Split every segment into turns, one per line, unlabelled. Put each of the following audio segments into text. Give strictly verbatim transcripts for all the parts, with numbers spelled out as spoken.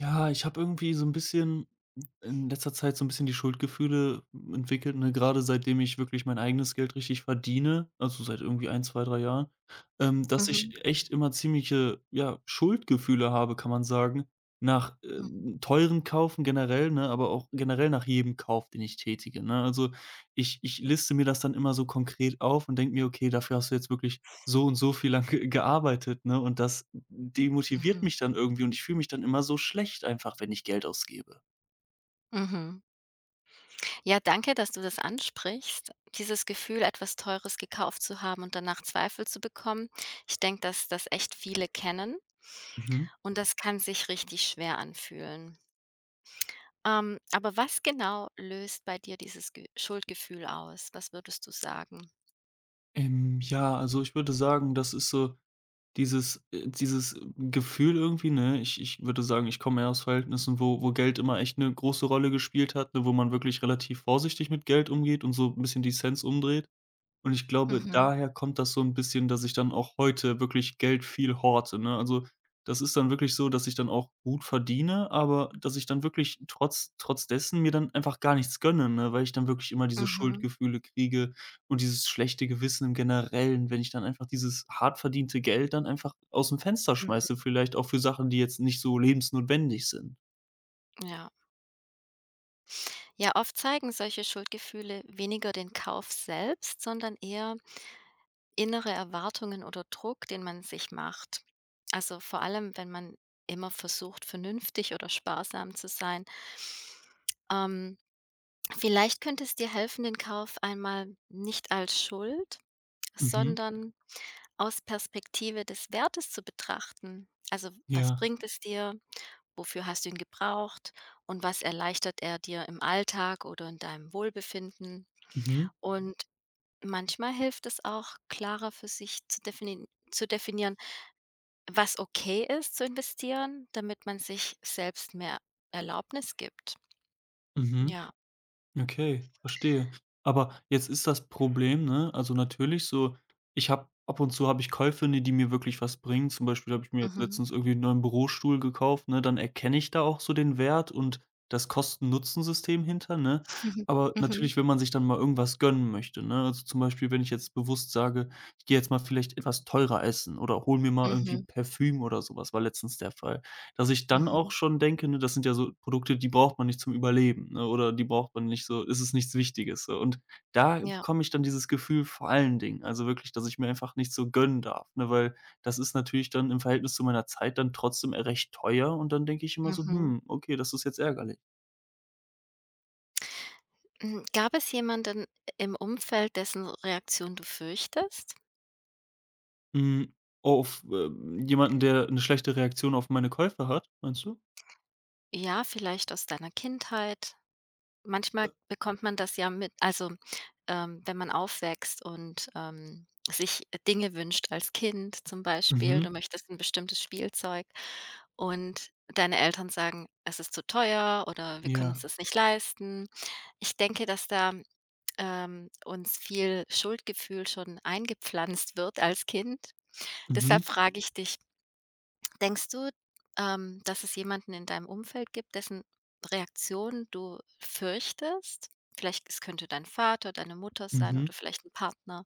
Ja, ich habe irgendwie so ein bisschen in letzter Zeit so ein bisschen die Schuldgefühle entwickelt, ne, gerade seitdem ich wirklich mein eigenes Geld richtig verdiene, also seit irgendwie ein, zwei, drei Jahren, ähm, dass ich
Mhm,
echt immer ziemliche, ja, Schuldgefühle habe, kann man sagen, nach,
mhm,
ähm, teuren Kaufen generell, ne, aber auch generell nach jedem Kauf, den ich tätige, ne? Also, ich ich liste mir das dann immer so konkret auf und denke mir: „Okay, dafür hast du jetzt wirklich so und so viel lang ge gearbeitet“, ne? Und das die motiviert
mhm,
mich dann irgendwie und ich fühle mich dann immer so schlecht einfach, wenn ich Geld ausgebe.
mhm. Ja, danke, dass du das ansprichst. Dieses Gefühl, etwas Teures gekauft zu haben und danach Zweifel zu bekommen. Ich denke, dass das echt viele kennen
Mhm.
und das kann sich richtig schwer anfühlen. Ähm, aber was genau löst bei dir dieses Ge Schuldgefühl aus? Was würdest du sagen?
Ähm, ja, also ich würde sagen, das ist so dieses äh, dieses Gefühl irgendwie, ne? Ich ich würde sagen, ich komme eher aus Verhältnissen, wo wo Geld immer echt eine große Rolle gespielt hat, ne, wo man wirklich relativ vorsichtig mit Geld umgeht und so ein bisschen die Cents umdreht. Und ich glaube,
Mhm,
daher kommt das so 'n bisschen, dass ich dann auch heute wirklich Geld viel horte, ne? Also, das ist dann wirklich so, dass ich dann auch gut verdiene, aber dass ich dann wirklich trotz trotz dessen mir dann einfach gar nichts gönne, ne, weil ich dann wirklich immer diese
mhm,
Schuldgefühle kriege und dieses schlechte Gewissen im Generellen, wenn ich dann einfach dieses hart verdiente Geld dann einfach ausm Fenster
mhm.
schmeiße, vielleicht auch für Sachen, die jetzt nicht so lebensnotwendig sind.
Ja. Ja, oft zeigen solche Schuldgefühle weniger den Kauf selbst, sondern eher innere Erwartungen oder Druck, den man sich macht. Also vor allem, wenn man immer versucht, vernünftig oder sparsam zu sein. Ähm, Vielleicht könnte es dir helfen, den Kauf einmal nicht als Schuld,
Mhm.
sondern aus Perspektive des Wertes zu betrachten. Also was
Ja.
bringt es dir? Wofür hast du ihn gebraucht? Und was erleichtert er dir im Alltag oder in deinem Wohlbefinden?
Mhm.
Und manchmal hilft es auch, klarer für sich zu defini zu definieren, was okay ist zu investieren, damit man sich selbst mehr Erlaubnis gibt.
Mhm.
Ja.
Okay, verstehe. Aber jetzt ist das Problem, ne, also natürlich so, ich habe ab und zu habe ich Käufe, ne, die mir wirklich was bringen. Zum Beispiel habe ich mir jetzt
Mhm.
letztens irgendwie einen neuen Bürostuhl gekauft, ne, dann erkenne ich da auch so den Wert und das Kosten-Nutzen-System hinter, ne? Aber
Mhm.
natürlich, wenn man sich dann mal irgendwas gönnen möchte, ne? Also, zum Beispiel, wenn ich jetzt bewusst sage: „Ich gehe jetzt mal vielleicht etwas teurer essen“ oder hole mir mal irgendwie
Mhm.
Parfüm oder sowas, war letztens der Fall, dass ich dann auch
Mhm.
schon denke, ne, das sind ja so Produkte, die braucht man nicht zum Überleben, ne, oder die braucht man nicht so ist es nichts Wichtiges so. Und da
Ja.
bekomme ich dann dieses Gefühl vor allen Dingen, also wirklich, dass ich mir einfach nicht so gönnen darf, ne, weil das ist natürlich dann im Verhältnis zu meiner Zeit dann trotzdem e, recht teuer und dann denke ich immer so:
Mhm.
„Hm, okay, das ist jetzt ärgerlich.“
Hm, gab es jemanden im Umfeld, dessen Reaktion du fürchtest?
Hm, oh, auf, ähm, jemanden, der eine schlechte Reaktion auf meine Käufe hat, meinst du?
Ja, vielleicht aus deiner Kindheit? Manchmal
Äh,
bekommt man das ja mit, also, ähm, wenn man aufwächst und, ähm, sich Dinge wünscht als Kind. Zum Beispiel,
mhm,
du möchtest ein bestimmtes Spielzeug und deine Eltern sagen: „Es ist zu teuer“ oder „Wir können uns
ja.
das nicht leisten.“ Ich denke, dass da, ähm, uns viel Schuldgefühl schon eingepflanzt wird als Kind.
Mhm,
Deshalb frage ich dich, denkst du, ähm, dass es jemanden in deinem Umfeld gibt, dessen Reaktion du fürchtest? Vielleicht, es könnte dein Vater, deine Mutter sein
mhm.
oder vielleicht ein Partner.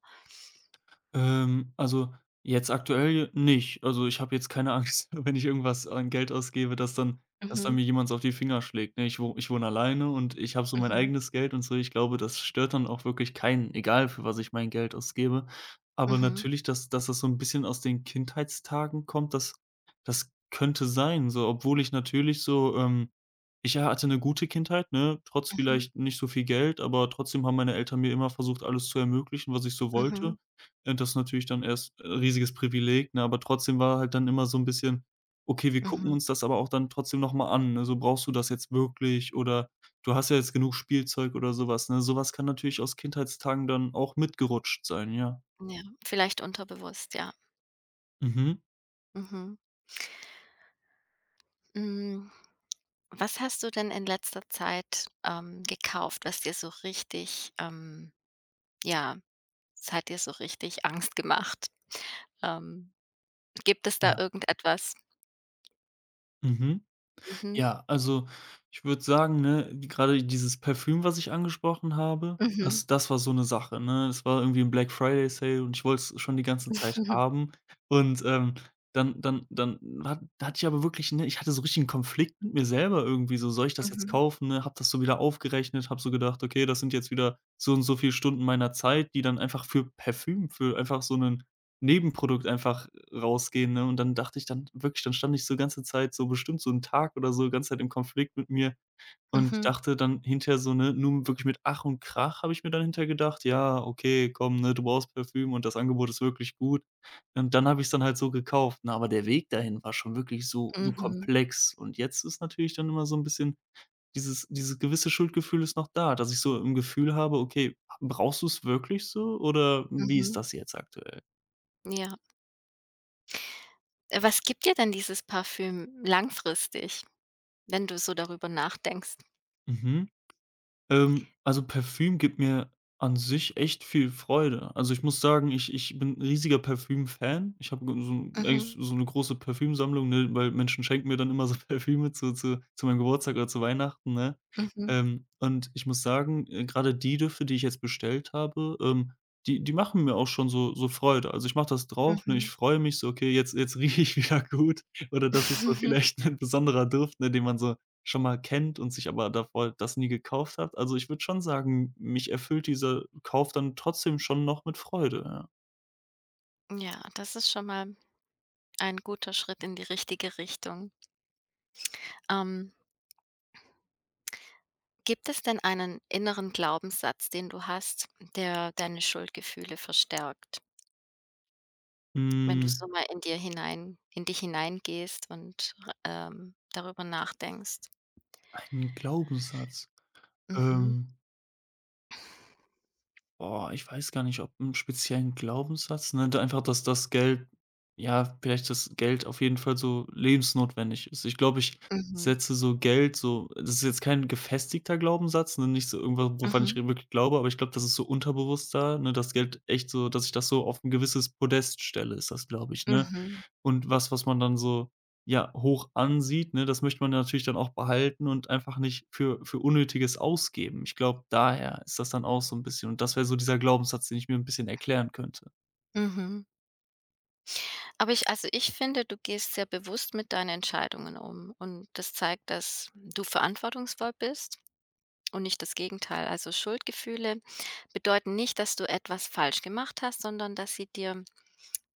Ähm, also, jetzt aktuell nicht. Also, ich habe jetzt keine Angst, wenn ich irgendwas an Geld ausgebe, dass dann dass dann
Mhm,
mir jemand auf die Finger schlägt, ne? Ich wo ich wohne alleine und ich habe so mein
mhm,
eigenes Geld und so. Ich glaube, das stört dann auch wirklich keinen, egal für was ich mein Geld ausgebe. Aber
mhm,
natürlich, dass dass das so ein bisschen aus den Kindheitstagen kommt, das das könnte sein, so, obwohl ich natürlich so, ähm ich hatte eine gute Kindheit, ne, trotz
mhm,
vielleicht nicht so viel Geld, aber trotzdem haben meine Eltern mir immer versucht, alles zu ermöglichen, was ich so wollte.
mhm,
Und das ist natürlich dann erst äh, riesiges Privileg, ne? Aber trotzdem war halt dann immer so 'n bisschen: „Okay, wir gucken
mhm.
uns das aber auch dann trotzdem noch mal an, ne? So, brauchst du das jetzt wirklich oder du hast ja jetzt genug Spielzeug“ oder so was, ne? So was kann natürlich aus Kindheitstagen dann auch mitgerutscht sein, ja.
Ja, vielleicht unterbewusst, ja.
Mhm.
Mhm. Hm, was hast du denn in letzter Zeit, ähm, gekauft, was dir so richtig ähm, ja, es hat dir so richtig Angst gemacht? Ähm, Gibt es da
Ja.
irgendetwas?
Mhm.
Mhm,
Ja, also, ich würde sagen, ne, die grade dieses Parfüm, was ich angesprochen habe, mhm,
mhm,
das das war so eine Sache, ne? Es war irgendwie ein Black Friday Sale und ich wollte es schon die ganze Zeit
mhm,
haben und, ähm, dann dann dann hat hatte ich aber wirklich, ne, ich hatte so richtig einen Konflikt mit mir selber irgendwie so: „Soll ich das jetzt
mhm.
kaufen“, ne? Hab das so wieder aufgerechnet, hab so gedacht: „Okay, das sind jetzt wieder so und so viel Stunden meiner Zeit, die dann einfach für Parfüm, für einfach so einen Nebenprodukt einfach rausgehen, ne? Und dann dachte ich dann wirklich dann stand ich so ganze Zeit so bestimmt so 'n Tag oder so ganze Zeit im Konflikt mit mir und
Mhm,
dachte dann hinterher so, ne, nur wirklich mit Ach und Krach habe ich mir dann hinterher gedacht: „Ja, okay, komm, ne, du brauchst Parfüm und das Angebot ist wirklich gut.“ Und dann habe ich's dann halt so gekauft, ne? Aber der Weg dahin war schon wirklich so so
mhm,
komplex. Und jetzt ist natürlich dann immer so 'n bisschen dieses dieses gewisse Schuldgefühl ist noch da, dass ich so im Gefühl habe: „Okay, brauchst du's wirklich so oder wie ist
mhm,
das jetzt aktuell?“
ja. Äh, was gibt dir denn dieses Parfüm langfristig, wenn du so darüber nachdenkst?
Mhm. Ähm, also Parfüm gibt mir an sich echt viel Freude. Also, ich muss sagen, ich ich bin 'n riesiger Parfüm-Fan. Ich habe so 'n eigentlich
Mhm,
so eine große Parfümsammlung, ne, weil Menschen schenken mir dann immer so Parfüme zu zu zu meinem Geburtstag oder zu Weihnachten, ne?
mhm,
Ähm, und ich muss sagen, äh, grade die Düfte, die ich jetzt bestellt habe, ähm, die die machen mir auch schon so so Freude. Also, ich mache das drauf, ne,
mhm.
ich freue mich so: „Okay, jetzt jetzt rieche ich wieder gut.“ Oder das ist so vielleicht ein besonderer Duft, ne, den man so schon mal kennt und sich aber davor das nie gekauft hat. Also, ich würde schon sagen, mich erfüllt dieser Kauf dann trotzdem schon noch mit Freude, ja.
Ja, das ist schon mal ein guter Schritt in die richtige Richtung. Ähm, gibt es denn einen inneren Glaubenssatz, den du hast, der deine Schuldgefühle verstärkt? Wenn du
Hm,
so mal in dir hinein in dich hineingehst und, ähm, darüber nachdenkst.
ein Glaubenssatz.
Mhm,
Ähm Boah, ich weiß gar nicht, ob 'n speziellen Glaubenssatz, ne, da einfach, dass das Geld, ja, vielleicht das Geld auf jeden Fall so lebensnotwendig ist. Ich glaube, ich
mhm,
setze so Geld so das ist jetzt kein gefestigter Glaubenssatz, ne, nicht so irgendwas, woran ich
mhm,
wirklich glaube, aber ich glaube, das ist so unterbewusster, ne, das Geld echt so dass ich das so auf ein gewisses Podest stelle, ist das, glaube ich,
mhm,
ne?
mhm.
Und was, was man dann so, ja, hoch ansieht, ne, das möchte man ja natürlich dann auch behalten und einfach nicht für für Unnötiges ausgeben. Ich glaube, daher ist das dann auch so ein bisschen und das wäre so dieser Glaubenssatz, den ich mir ein bisschen erklären könnte.
Mhm. Aber ich, also, ich finde, du gehst sehr bewusst mit deinen Entscheidungen um und das zeigt, dass du verantwortungsvoll bist und nicht das Gegenteil. Also, Schuldgefühle bedeuten nicht, dass du etwas falsch gemacht hast, sondern dass sie dir,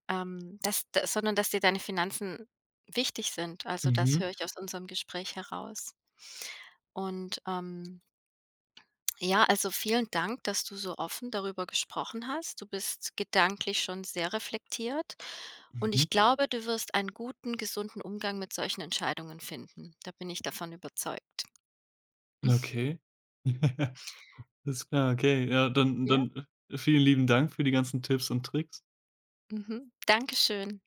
ähm, dass da sondern dass dir deine Finanzen wichtig sind. Also, das
Mhm,
höre ich aus unserem Gespräch heraus. Und, ähm ja, also vielen Dank, dass du so offen darüber gesprochen hast. Du bist gedanklich schon sehr reflektiert und
mhm,
ich glaube, du wirst einen guten, gesunden Umgang mit solchen Entscheidungen finden. Da bin ich davon überzeugt.
okay. Alles klar, okay. Ja, dann
Ja.
dann vielen lieben Dank für die ganzen Tipps und Tricks.
Mhm. Dankeschön.